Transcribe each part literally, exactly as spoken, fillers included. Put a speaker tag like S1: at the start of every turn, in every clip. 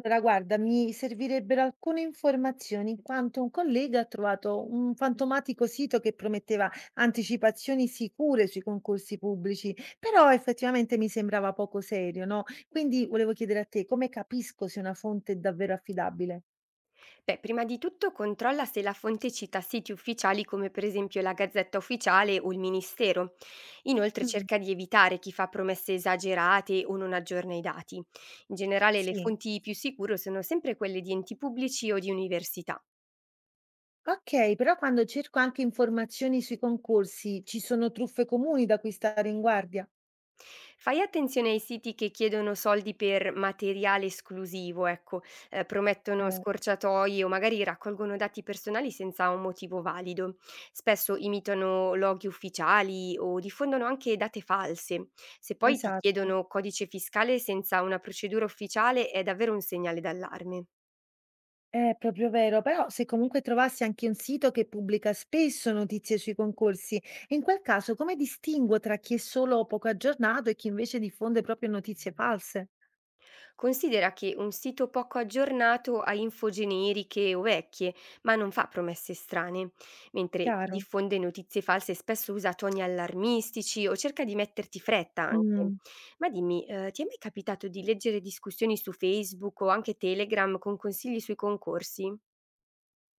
S1: Allora, guarda, mi servirebbero alcune informazioni in quanto un collega ha trovato un fantomatico sito che prometteva anticipazioni sicure sui concorsi pubblici, però effettivamente mi sembrava poco serio, no? Quindi volevo chiedere a te come capisco se una fonte è davvero affidabile?
S2: Beh, prima di tutto controlla se la fonte cita siti ufficiali come per esempio la Gazzetta Ufficiale o il Ministero. Inoltre
S1: Mm.
S2: cerca di evitare chi fa promesse esagerate o non aggiorna i dati. In generale le
S1: Sì.
S2: fonti più sicure sono sempre quelle di enti pubblici o di università.
S1: Ok, però quando cerco anche informazioni sui concorsi, ci sono truffe comuni da cui stare in guardia?
S2: Fai attenzione ai siti che chiedono soldi per materiale esclusivo, ecco, eh, promettono
S1: Eh,
S2: scorciatoie o magari raccolgono dati personali senza un motivo valido. Spesso imitano loghi ufficiali o diffondono anche date false. Se poi ti
S1: Esatto.
S2: chiedono codice fiscale senza una procedura ufficiale è davvero un segnale d'allarme.
S1: È proprio vero, però se comunque trovassi anche un sito che pubblica spesso notizie sui concorsi, in quel caso come distingo tra chi è solo poco aggiornato e chi invece diffonde proprio notizie false?
S2: Considera che un sito poco aggiornato ha info generiche o vecchie, ma non fa promesse strane, mentre chi
S1: Chiaro.
S2: diffonde notizie false spesso usa toni allarmistici o cerca di metterti fretta anche.
S1: Mm.
S2: Ma dimmi, eh, ti è mai capitato di leggere discussioni su Facebook o anche Telegram con consigli sui concorsi?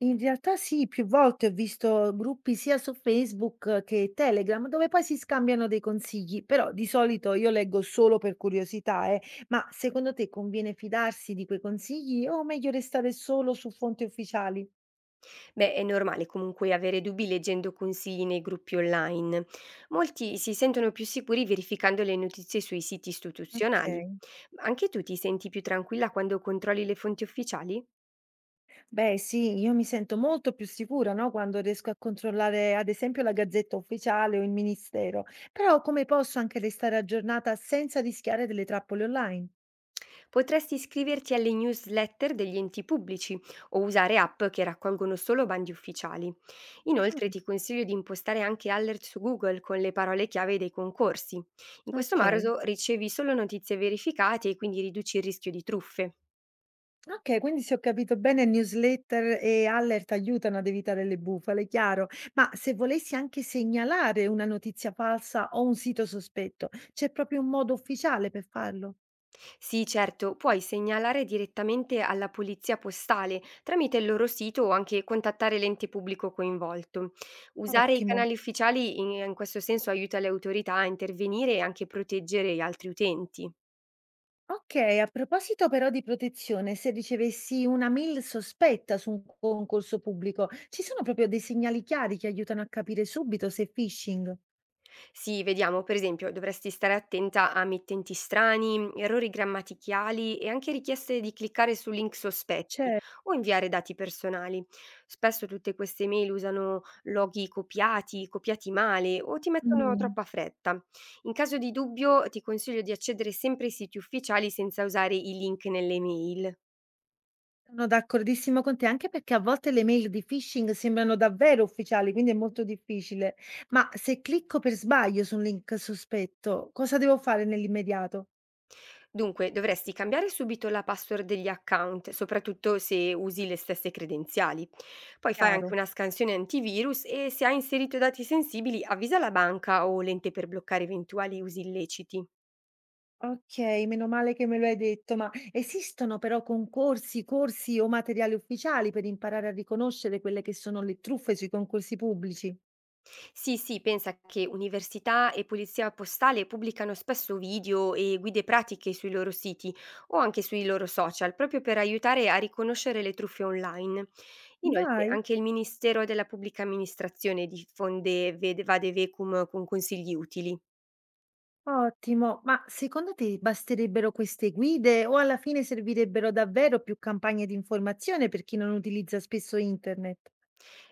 S1: In realtà sì, più volte ho visto gruppi sia su Facebook che Telegram dove poi si scambiano dei consigli, però di solito io leggo solo per curiosità, eh. Ma secondo te conviene fidarsi di quei consigli o meglio restare solo su fonti ufficiali?
S2: Beh, è normale comunque avere dubbi leggendo consigli nei gruppi online. Molti si sentono più sicuri verificando le notizie sui siti istituzionali.
S1: Ok.
S2: Ma anche tu ti senti più tranquilla quando controlli le fonti ufficiali?
S1: Beh sì, io mi sento molto più sicura, no, quando riesco a controllare ad esempio la Gazzetta Ufficiale o il Ministero, però come posso anche restare aggiornata senza rischiare delle trappole online?
S2: Potresti iscriverti alle newsletter degli enti pubblici o usare app che raccolgono solo bandi ufficiali. Inoltre ti
S1: Ah,
S2: consiglio di impostare anche alert su Google con le parole chiave dei concorsi. In questo
S1: ok,
S2: modo ricevi solo notizie verificate e quindi riduci il rischio di truffe.
S1: ok, quindi se ho capito bene, newsletter e alert aiutano ad evitare le bufale, chiaro, ma se volessi anche segnalare una notizia falsa o un sito sospetto, c'è proprio un modo ufficiale per farlo?
S2: Sì, certo, puoi segnalare direttamente alla polizia postale tramite il loro sito o anche contattare l'ente pubblico coinvolto. Usare i
S1: Ottimo.
S2: canali ufficiali in, in questo senso aiuta le autorità a intervenire e anche proteggere gli altri utenti.
S1: Okay, a proposito però di protezione, se ricevessi una mail sospetta su un concorso pubblico, ci sono proprio dei segnali chiari che aiutano a capire subito se è phishing?
S2: Sì, vediamo, per esempio, dovresti stare attenta a mittenti strani, errori grammaticali e anche richieste di cliccare su link sospetti
S1: C'è
S2: o inviare dati personali. Spesso tutte queste mail usano loghi copiati, copiati male o ti mettono
S1: mh.
S2: troppa fretta. In caso di dubbio, ti consiglio di accedere sempre ai siti ufficiali senza usare i link nelle mail.
S1: Sono d'accordissimo con te, anche perché a volte le mail di phishing sembrano davvero ufficiali, quindi è molto difficile. Ma se clicco per sbaglio su un link sospetto, cosa devo fare nell'immediato?
S2: Dunque, dovresti cambiare subito la password degli account, soprattutto se usi le stesse credenziali. Poi fai anche
S1: Chiaro.
S2: una scansione antivirus e se hai inserito dati sensibili avvisa la banca o l'ente per bloccare eventuali usi illeciti.
S1: Okay, meno male che me lo hai detto, ma esistono però concorsi, corsi o materiali ufficiali per imparare a riconoscere quelle che sono le truffe sui concorsi pubblici?
S2: Sì, sì, pensa che università e polizia postale pubblicano spesso video e guide pratiche sui loro siti o anche sui loro social, proprio per aiutare a riconoscere le truffe online. Inoltre,
S1: Dai,
S2: anche il Ministero della Pubblica Amministrazione diffonde vade vade vecum con consigli utili.
S1: ottimo, ma secondo te basterebbero queste guide o alla fine servirebbero davvero più campagne di informazione per chi non utilizza spesso internet?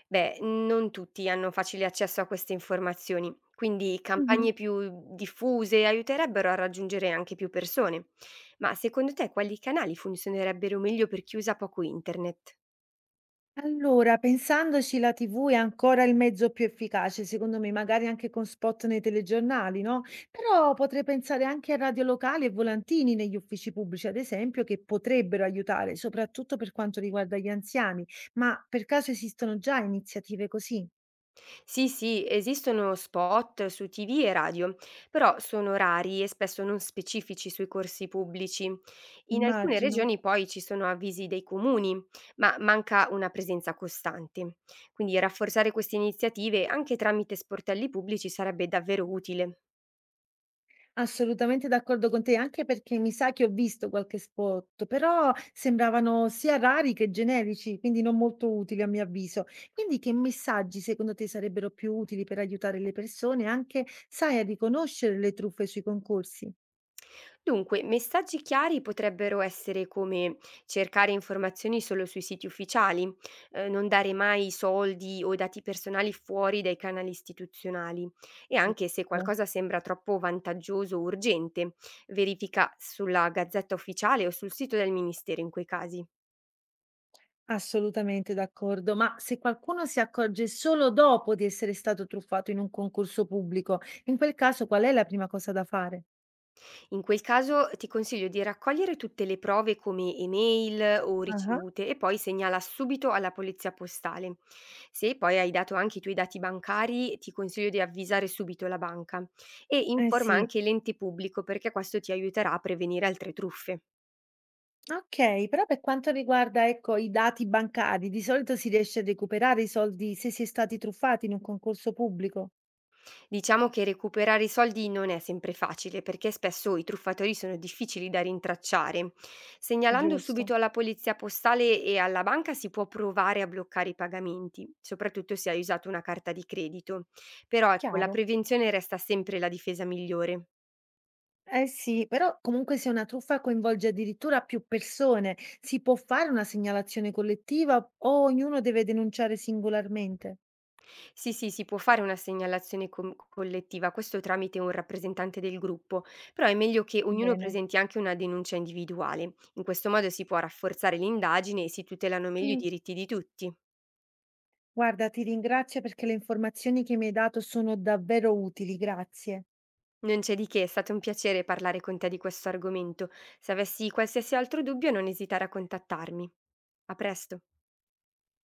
S2: Beh, non tutti hanno facile accesso a queste informazioni, quindi
S1: Mh-mh.
S2: campagne più diffuse aiuterebbero a raggiungere anche più persone. Ma secondo te quali canali funzionerebbero meglio per chi usa poco internet?
S1: Allora, pensandoci, la T V è ancora il mezzo più efficace, secondo me, magari anche con spot nei telegiornali, no? Però potrei pensare anche a radio locali e volantini negli uffici pubblici, ad esempio, che potrebbero aiutare, soprattutto per quanto riguarda gli anziani. Ma per caso esistono già iniziative così?
S2: Sì, sì, esistono spot su T V e radio, però sono rari e spesso non specifici sui corsi pubblici. In alcune
S1: Immagino.
S2: regioni poi ci sono avvisi dei comuni, ma manca una presenza costante. Quindi rafforzare queste iniziative anche tramite sportelli pubblici sarebbe davvero utile.
S1: Assolutamente d'accordo con te, anche perché mi sa che ho visto qualche spot, però sembravano sia rari che generici, quindi non molto utili a mio avviso. Quindi che messaggi secondo te sarebbero più utili per aiutare le persone anche, sai, a riconoscere le truffe sui concorsi?
S2: Dunque, messaggi chiari potrebbero essere come cercare informazioni solo sui siti ufficiali, eh, non dare mai soldi o dati personali fuori dai canali istituzionali e anche se
S1: Giusto.
S2: qualcosa sembra troppo vantaggioso o urgente, verifica sulla Gazzetta Ufficiale o sul sito del Ministero in quei casi.
S1: Assolutamente d'accordo, ma se qualcuno si accorge solo dopo di essere stato truffato in un concorso pubblico, in quel caso qual è la prima cosa da fare?
S2: In quel caso ti consiglio di raccogliere tutte le prove come email o
S1: Ah.
S2: ricevute e poi segnala subito alla polizia postale. Se poi hai dato anche i tuoi dati bancari, ti consiglio di avvisare subito la banca e
S1: Eh
S2: informa
S1: sì.
S2: anche l'ente pubblico perché questo ti aiuterà a prevenire altre truffe.
S1: Okay, però per quanto riguarda, ecco, i dati bancari, di solito si riesce a recuperare i soldi se si è stati truffati in un concorso pubblico?
S2: Diciamo che recuperare i soldi non è sempre facile perché spesso i truffatori sono difficili da rintracciare. Segnalando
S1: Giusto,
S2: subito alla polizia postale e alla banca si può provare a bloccare i pagamenti, soprattutto se hai usato una carta di credito. Però ecco, la
S1: chiaro.
S2: prevenzione resta sempre la difesa migliore.
S1: Eh sì, però comunque se una truffa coinvolge addirittura più persone, si può fare una segnalazione collettiva o ognuno deve denunciare singolarmente?
S2: Sì, sì, si può fare una segnalazione com collettiva, questo tramite un rappresentante del gruppo, però è meglio che ognuno
S1: Bene.
S2: presenti anche una denuncia individuale. In questo modo si può rafforzare l'indagine e si tutelano meglio i
S1: Mm,
S2: diritti di tutti.
S1: guarda, ti ringrazio perché le informazioni che mi hai dato sono davvero utili, grazie.
S2: Non c'è di che, è stato un piacere parlare con te di questo argomento. Se avessi qualsiasi altro dubbio non esitare a contattarmi. A presto.